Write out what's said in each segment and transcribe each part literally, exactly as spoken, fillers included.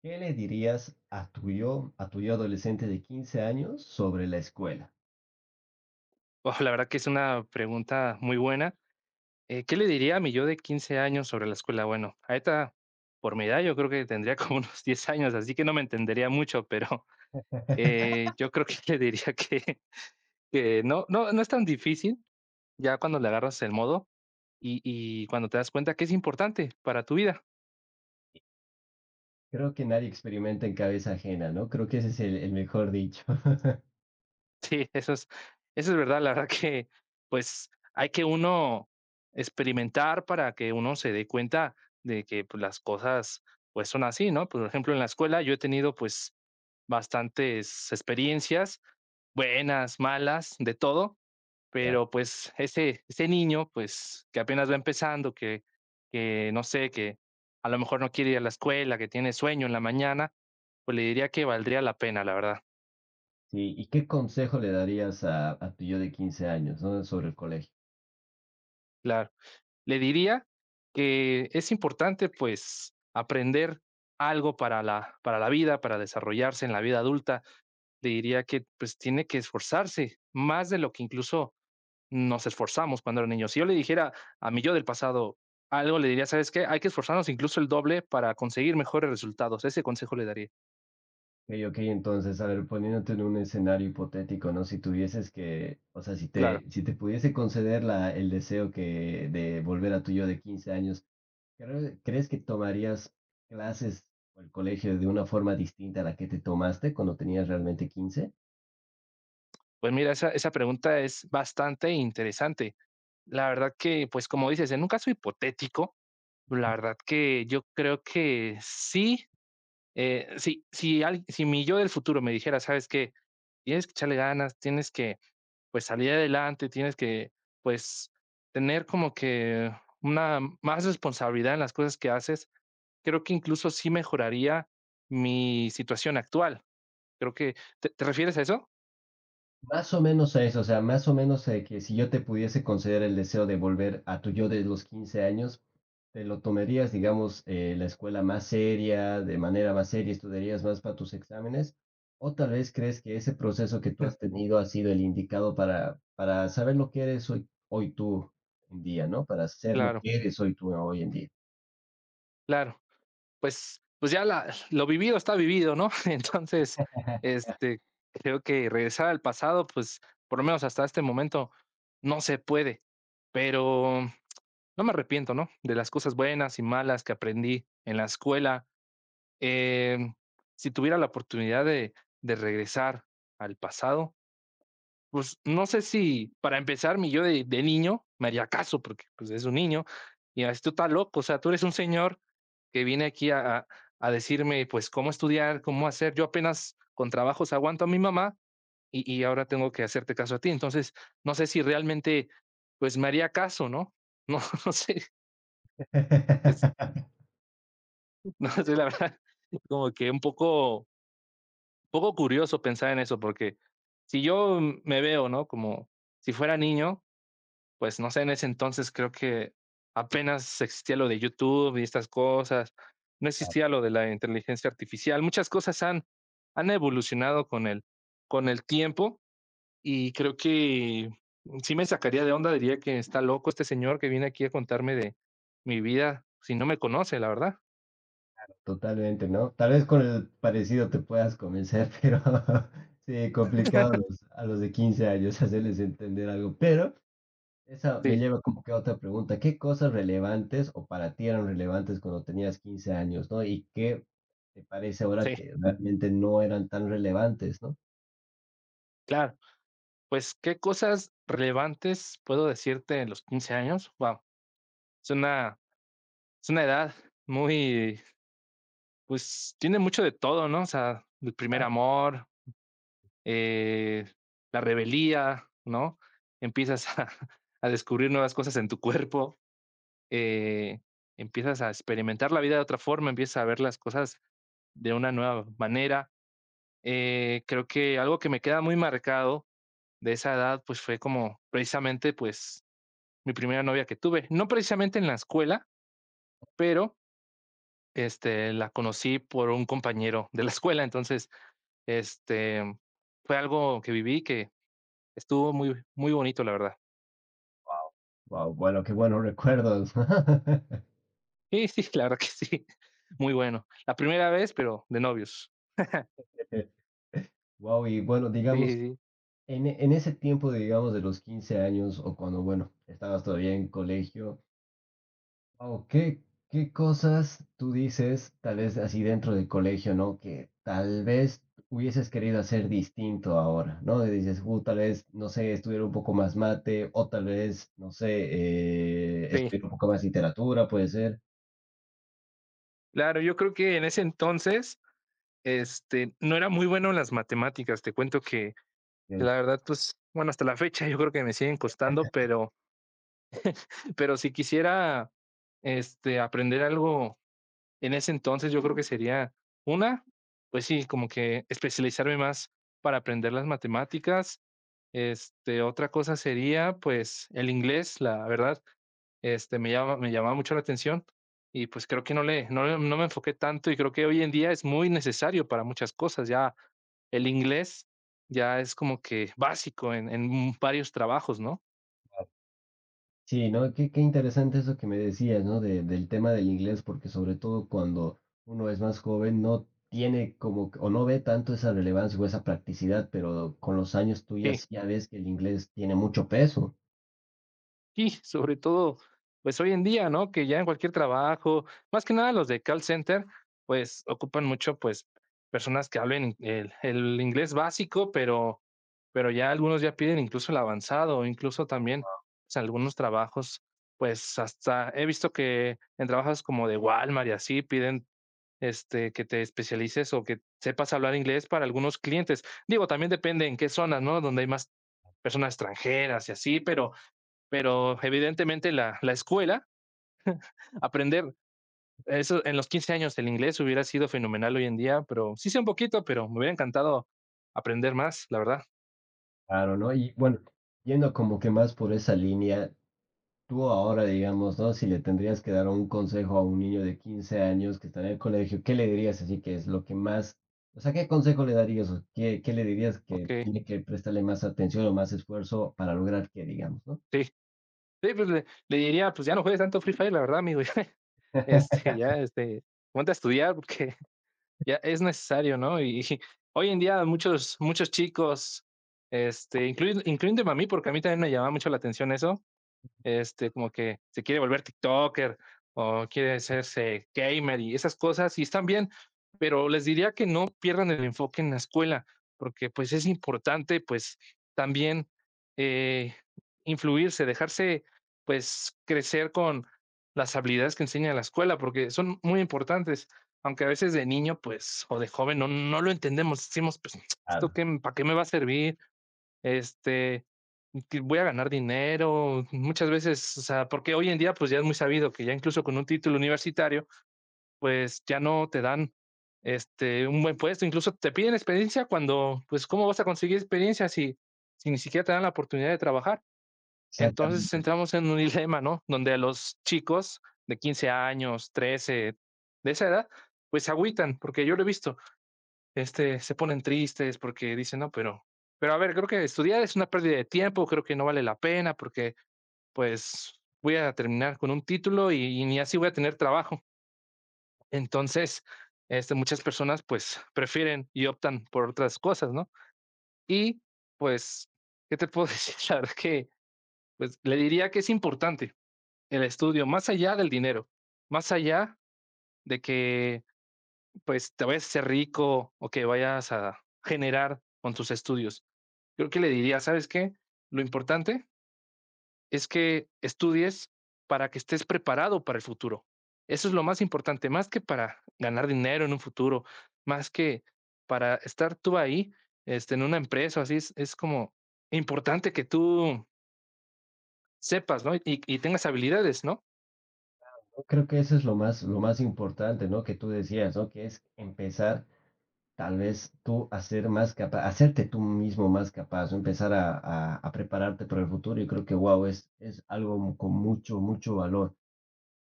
¿Qué le dirías a tu yo, a tu yo adolescente de quince años sobre la escuela? Oh, la verdad que es una pregunta muy buena. Eh, ¿qué le diría a mi yo de quince años sobre la escuela? Bueno, ahorita, por mi edad, yo creo que tendría como unos diez años, así que no me entendería mucho, pero eh, yo creo que le diría que, que no, no, no es tan difícil ya cuando le agarras el modo y, y cuando te das cuenta que es importante para tu vida. Creo que nadie experimenta en cabeza ajena, ¿no? Creo que ese es el, el mejor dicho. Sí, eso es eso es verdad. La verdad que, pues, hay que uno experimentar para que uno se dé cuenta de que, pues, las cosas, pues, son así, ¿no? Por ejemplo, en la escuela yo he tenido, pues, bastantes experiencias, buenas, malas, de todo, Ya. pero, pues, ese ese niño, pues, que apenas va empezando, que que no sé, que a lo mejor no quiere ir a la escuela, que tiene sueño en la mañana, pues, le diría que valdría la pena, la verdad. Sí, ¿y qué consejo le darías a, a tu yo de quince años, ¿no? sobre el colegio? Claro. Le diría que es importante pues aprender algo para la, para la vida, para desarrollarse en la vida adulta. Le diría que pues tiene que esforzarse más de lo que incluso nos esforzamos cuando era niño. Si yo le dijera a mi yo del pasado algo, le diría, ¿sabes qué? Hay que esforzarnos incluso el doble para conseguir mejores resultados. Ese consejo le daría. Ok, ok, entonces, a ver, poniéndote en un escenario hipotético, ¿no? Si tuvieses que, o sea, si Claro. te, si te pudiese conceder la, el deseo que, de volver a tu yo de quince años. ¿Cre- ¿Crees que tomarías clases o el colegio de una forma distinta a la que te tomaste cuando tenías realmente quince. Pues mira, esa, esa pregunta es bastante interesante. La verdad que, pues como dices, en un caso hipotético, la verdad que yo creo que sí. Eh, si, si, al- si mi yo del futuro me dijera, ¿sabes qué? Tienes que echarle ganas, tienes que, pues, salir adelante, tienes que, pues, tener como que una más responsabilidad en las cosas que haces, creo que incluso sí mejoraría mi situación actual. Creo que, ¿te, te refieres a eso? Más o menos a eso, o sea, más o menos, eh, que si yo te pudiese conceder el deseo de volver a tu yo de los quince años, te lo tomarías, digamos, eh, la escuela más seria, de manera más seria, estudiarías más para tus exámenes, o tal vez crees que ese proceso que tú has tenido ha sido el indicado para, para saber lo que eres hoy, hoy tú en día, ¿no? Para ser lo Claro, que eres hoy tú hoy en día. claro. pues, pues ya la, lo vivido está vivido, ¿no? Entonces, este, creo que regresar al pasado, pues, por lo menos hasta este momento, no se puede. Pero no me arrepiento, ¿no? De las cosas buenas y malas que aprendí en la escuela. Em, si tuviera la oportunidad de, de regresar al pasado, pues no sé si para empezar mi yo de, de niño me haría caso, porque pues es un niño, y así tú estás loco, o sea, tú eres un señor que viene aquí a, a a decirme pues cómo estudiar, cómo hacer, yo apenas con trabajos aguanto a mi mamá y, y ahora tengo que hacerte caso a ti, entonces no sé si realmente pues me haría caso, ¿no? No, no sé, es, no sé, la verdad, como que un poco, poco curioso pensar en eso, porque si yo me veo, ¿no? Como si fuera niño, pues no sé, en ese entonces creo que apenas existía lo de YouTube y estas cosas, no existía lo de la inteligencia artificial, muchas cosas han, han evolucionado con el, con el tiempo y creo que sí me sacaría de onda, diría que está loco este señor que viene aquí a contarme de mi vida si no me conoce, la verdad. Totalmente, ¿no? Tal vez con el parecido te puedas convencer, pero sí, complicado a los, a los de quince años hacerles entender algo. Pero esa me Sí, lleva como que a otra pregunta. ¿Qué cosas relevantes o para ti eran relevantes cuando tenías quince años, ¿no? ¿Y qué te parece ahora sí, que realmente no eran tan relevantes, ¿no? claro. Pues, ¿qué cosas relevantes puedo decirte en los quince años? Wow, es una, es una edad muy. Pues tiene mucho de todo, ¿no? O sea, el primer Ah, amor, eh, la rebeldía, ¿no? Empiezas a, a descubrir nuevas cosas en tu cuerpo, eh, empiezas a experimentar la vida de otra forma, empiezas a ver las cosas de una nueva manera. Eh, creo que algo que me queda muy marcado de esa edad, pues fue como precisamente, pues, mi primera novia que tuve. No precisamente en la escuela, pero este, la conocí por un compañero de la escuela, entonces Este, fue algo que viví que estuvo muy, muy bonito, la verdad. wow, guau, bueno, qué buenos recuerdos. Sí, sí, la verdad que sí. Muy bueno. La primera vez, pero de novios. Wow, y bueno, Sí, digamos. sí, sí. En, e- en ese tiempo, de, digamos, de los quince años o cuando, bueno, estabas todavía en colegio, o ¿qué, qué cosas tú dices, tal vez así dentro del colegio, ¿no? Que tal vez hubieses querido hacer distinto ahora, ¿no? Y dices: "Uh, tal vez, no sé, estudiar un poco más mate o tal vez, no sé, eh, Sí. estudiar un poco más literatura, puede ser". Claro, yo creo que en ese entonces, este, no era muy bueno en las matemáticas. Te cuento que la verdad, pues, bueno, hasta la fecha yo creo que me siguen costando, pero, pero si quisiera, este, aprender algo. En ese entonces yo creo que sería una, pues sí, como que especializarme más para aprender las matemáticas. Este, otra cosa sería, pues, el inglés, la verdad, este, me llama, me llamaba mucho la atención y pues creo que no le, no, le- no me enfoqué tanto y creo que hoy en día es muy necesario para muchas cosas. Ya el inglés ya es como que básico en, en varios trabajos, ¿no? Sí, ¿no? Qué, qué interesante eso que me decías, ¿no? De- del tema del inglés, porque sobre todo cuando uno es más joven no tiene como, que- o no ve tanto esa relevancia o esa practicidad, pero con los años tú ya, Sí. sí- ya ves que el inglés tiene mucho peso. Y sobre todo, pues hoy en día, ¿no? Que ya en cualquier trabajo, más que nada los de call center, pues ocupan mucho, pues, personas que hablen el, el inglés básico, pero, pero ya algunos ya piden incluso el avanzado, incluso también pues, algunos trabajos, pues hasta he visto que en trabajos como de Walmart y así piden este, que te especialices o que sepas hablar inglés para algunos clientes. Digo, también depende en qué zonas, ¿no? Donde hay más personas extranjeras y así, pero pero evidentemente la, la escuela, aprender eso en los quince años el inglés hubiera sido fenomenal hoy en día, pero sí sé un poquito, pero me hubiera encantado aprender más, la verdad. Claro, ¿no? Y bueno, yendo como que más por esa línea. Tú ahora, digamos, ¿no? Si le tendrías que dar un consejo a un niño de quince años que está en el colegio, ¿qué le dirías así que es lo que más, o sea, qué consejo le darías o qué, qué le dirías Ok, que tiene que prestarle más atención o más esfuerzo para lograr que, digamos, ¿no? sí. Sí, pues le, le diría, pues ya no juegues tanto Free Fire, la verdad, amigo. Ya, Este, ya, este, ponte a estudiar porque ya es necesario, ¿no? Y, y hoy en día muchos, muchos chicos, este, incluyendo, incluyéndome a mí, porque a mí también me llamaba mucho la atención eso. Este, como que se quiere volver tiktoker o quiere hacerse gamer y esas cosas, y están bien, pero les diría que no pierdan el enfoque en la escuela, porque, pues, es importante, pues, también, eh, influirse, dejarse, pues, crecer con las habilidades que enseña la escuela, porque son muy importantes, aunque a veces de niño, pues, o de joven no no lo entendemos, decimos: "Pues, esto Claro, qué, ¿para qué me va a servir? Este, que voy a ganar dinero", muchas veces, o sea, porque hoy en día, pues, ya es muy sabido que ya incluso con un título universitario, pues, ya no te dan, este, un buen puesto, incluso te piden experiencia cuando, pues, ¿cómo vas a conseguir experiencia si si ni siquiera te dan la oportunidad de trabajar? Entonces, exactamente. entramos en un dilema, ¿no? Donde los chicos de quince años, trece, de esa edad, pues, se agüitan, porque yo lo he visto, este, se ponen tristes porque dicen, no, pero, pero a ver, creo que estudiar es una pérdida de tiempo, creo que no vale la pena porque pues voy a terminar con un título y, y ni así voy a tener trabajo. Entonces, este, muchas personas pues prefieren y optan por otras cosas, ¿no? Y pues, ¿qué te puedo decir? La verdad que pues le diría que es importante el estudio, más allá del dinero, más allá de que pues te vayas a ser rico o que vayas a generar con tus estudios. Creo que le diría, ¿sabes qué? Lo importante es que estudies para que estés preparado para el futuro. Eso es lo más importante, más que para ganar dinero en un futuro, más que para estar tú ahí este, en una empresa, así es, es como importante que tú sepas, ¿no? Y, y tengas habilidades, ¿no? Yo creo que eso es lo más, lo más importante, ¿no? Que tú decías, ¿no? Que es empezar tal vez tú a ser más capaz, hacerte tú mismo más capaz, ¿no? Empezar a, a- a prepararte para el futuro. Y creo que, wow, es, es algo mu- con mucho, mucho valor.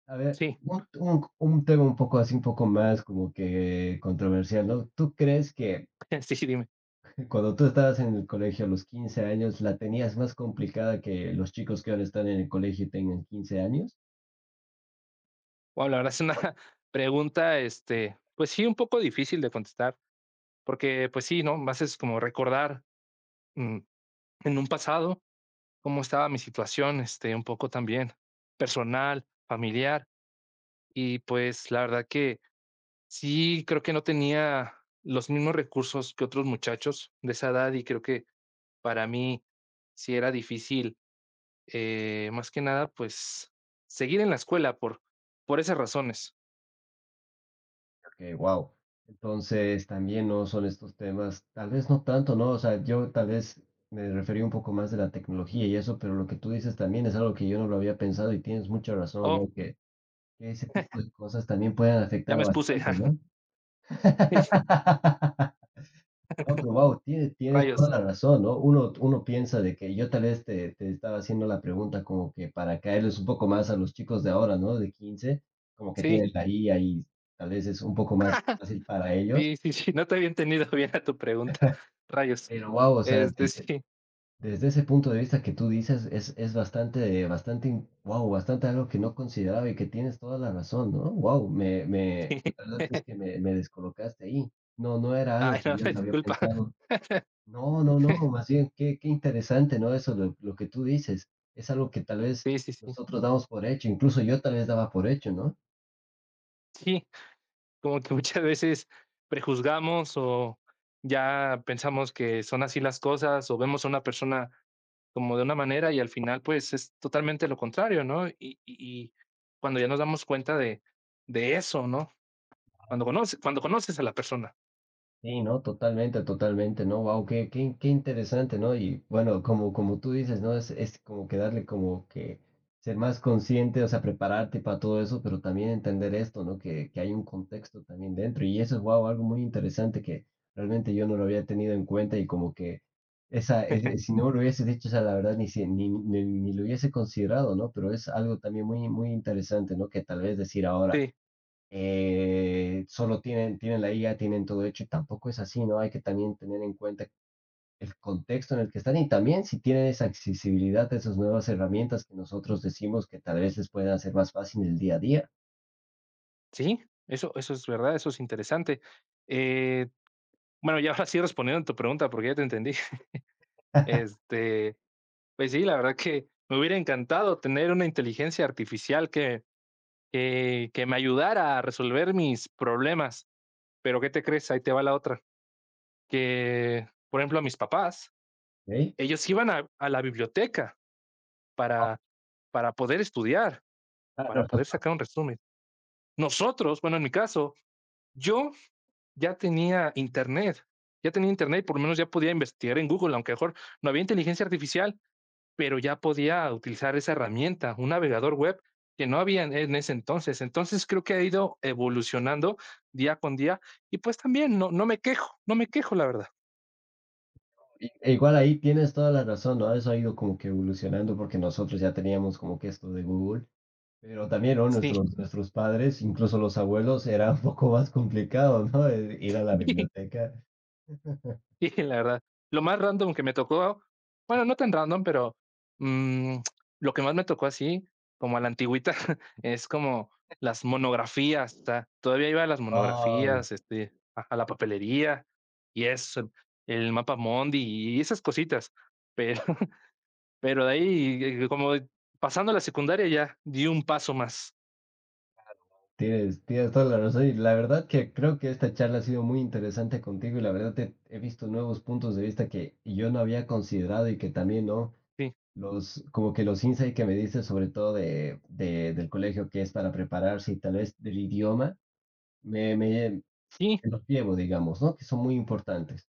A ver, Sí, un, un- un tema un poco así, un poco más como que controversial, ¿no? ¿Tú crees que sí, dime. cuando tú estabas en el colegio a los quince años la tenías más complicada que los chicos que ahora están en el colegio y tengan quince años? Wow, la verdad es una pregunta, este, pues sí, un poco difícil de contestar, porque pues sí, ¿no? Más es como recordar mm, en un pasado cómo estaba mi situación, este, un poco también personal, familiar, y pues la verdad que sí, creo que no tenía los mismos recursos que otros muchachos de esa edad y creo que para mí sí era difícil, eh, más que nada, pues seguir en la escuela por, por esas razones. Que wow. Entonces, también no son estos temas, tal vez no tanto, ¿no? O sea, yo tal vez me referí un poco más de la tecnología y eso, pero lo que tú dices también es algo que yo no lo había pensado y tienes mucha razón, Oh, güey, que, que ese tipo de cosas también pueden afectar ya me expuse, ja, bastante, ¿no? No, pero wow, tienes tienes toda rayos. la razón, ¿no? Uno uno piensa de que yo tal vez te te estaba haciendo la pregunta como que para caerles un poco más a los chicos de ahora, ¿no? De quince, como que Sí, tienen la I A y tal vez es un poco más fácil para ellos. sí, sí, sí, no te había entendido bien a tu pregunta, rayos. Pero wow, o sea, Este, desde Sí, desde ese punto de vista que tú dices es es bastante, bastante in guau, bastante algo que no consideraba y que tienes toda la razón, ¿no? Wow, me me sí. la verdad es que me me descolocaste ahí. No, no era algo Ay, que no, yo me no había disculpa. pensado. No, no, no, más bien, qué, qué interesante, ¿no? Eso, lo, lo que tú dices es algo que tal vez Sí, sí, sí. nosotros damos por hecho, incluso yo tal vez daba por hecho, ¿no? Sí, como que muchas veces prejuzgamos o ya pensamos que son así las cosas o vemos a una persona como de una manera y al final pues es totalmente lo contrario, ¿no? Y, y- y cuando ya nos damos cuenta de, de eso, ¿no? Cuando conoces, cuando conoces a la persona. Sí, no, totalmente, totalmente, ¿no? Wow, qué, qué, qué interesante, ¿no? Y bueno, como, como tú dices, ¿no? Es, es como que darle como que ser más consciente, o sea, prepararte para todo eso, pero también entender esto, ¿no? Que, que hay un contexto también dentro. Y eso es, wow, algo muy interesante que realmente yo no lo había tenido en cuenta. Y como que esa, es- es- si no lo hubiese dicho, o sea, la verdad, ni, si- ni, ni, ni lo hubiese considerado, ¿no? Pero es algo también muy, muy interesante, ¿no? Que tal vez decir ahora, Sí, eh, solo tienen, tienen la I A, tienen todo hecho, y tampoco es así, ¿no? Hay que también tener en cuenta el contexto en el que están y también si tienen esa accesibilidad a esas nuevas herramientas que nosotros decimos que tal vez les pueden hacer más fácil el día a día. sí, eso, eso es verdad, eso es interesante. Eh, bueno, ya ahora sí respondiendo a tu pregunta, porque ya te entendí. Este, pues sí, la verdad que me hubiera encantado tener una inteligencia artificial que que, que me ayudara a resolver mis problemas. Pero ¿qué te crees? Ahí te va la otra. Que, por ejemplo, a mis papás, Okey. ellos iban a, a la biblioteca para, para poder estudiar, para Claro. poder sacar un resumen. Nosotros, bueno, en mi caso, yo ya tenía internet, ya tenía internet, por lo menos ya podía investigar en Google, aunque mejor no había inteligencia artificial, pero ya podía utilizar esa herramienta, un navegador web que no había en en ese entonces. Entonces creo que ha ido evolucionando día con día y pues también no, no me quejo, no me quejo, la verdad. I e Igual ahí tienes toda la razón, ¿no? Eso ha ido como que evolucionando porque nosotros ya teníamos como que esto de Google, pero también, ¿no? Sí. Nuestros nuestros padres, incluso los abuelos, era un poco más complicado, ¿no? Eh, ir a la biblioteca. Sí, la verdad. Lo más random que me tocó, bueno, no tan random, pero, mm, lo que más me tocó así, como a la antigüita, es como las monografías, o sea, todavía iba a las Ah. monografías, este, a a la papelería y eso, el mapa mapamundi y esas cositas. Pero pero de ahí, eh, como pasando la secundaria, ya di un paso más. Tienes, tienes toda la razón y la verdad que creo que esta charla ha sido muy interesante contigo y la verdad te, he visto nuevos puntos de vista que yo no había considerado y que también, ¿no? Sí. Los, como que los insights que me dices, sobre todo de, de- del colegio que es para prepararse y tal vez del idioma, me, me Sí, los llevo, digamos, ¿no? Que son muy importantes.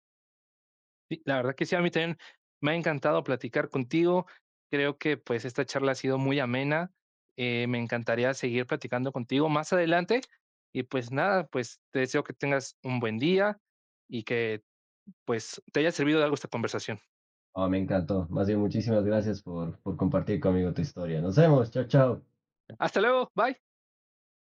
Sí, la verdad que sí, a mí también me ha encantado platicar contigo. Creo que pues esta charla ha sido muy amena. Eh, me encantaría seguir platicando contigo más adelante. Y pues nada, pues te deseo que tengas un buen día y que pues te haya servido de algo esta conversación. Ah, me encantó. Más bien, muchísimas gracias por, por compartir conmigo tu historia. Nos vemos. Chao, chao. Hasta luego, bye.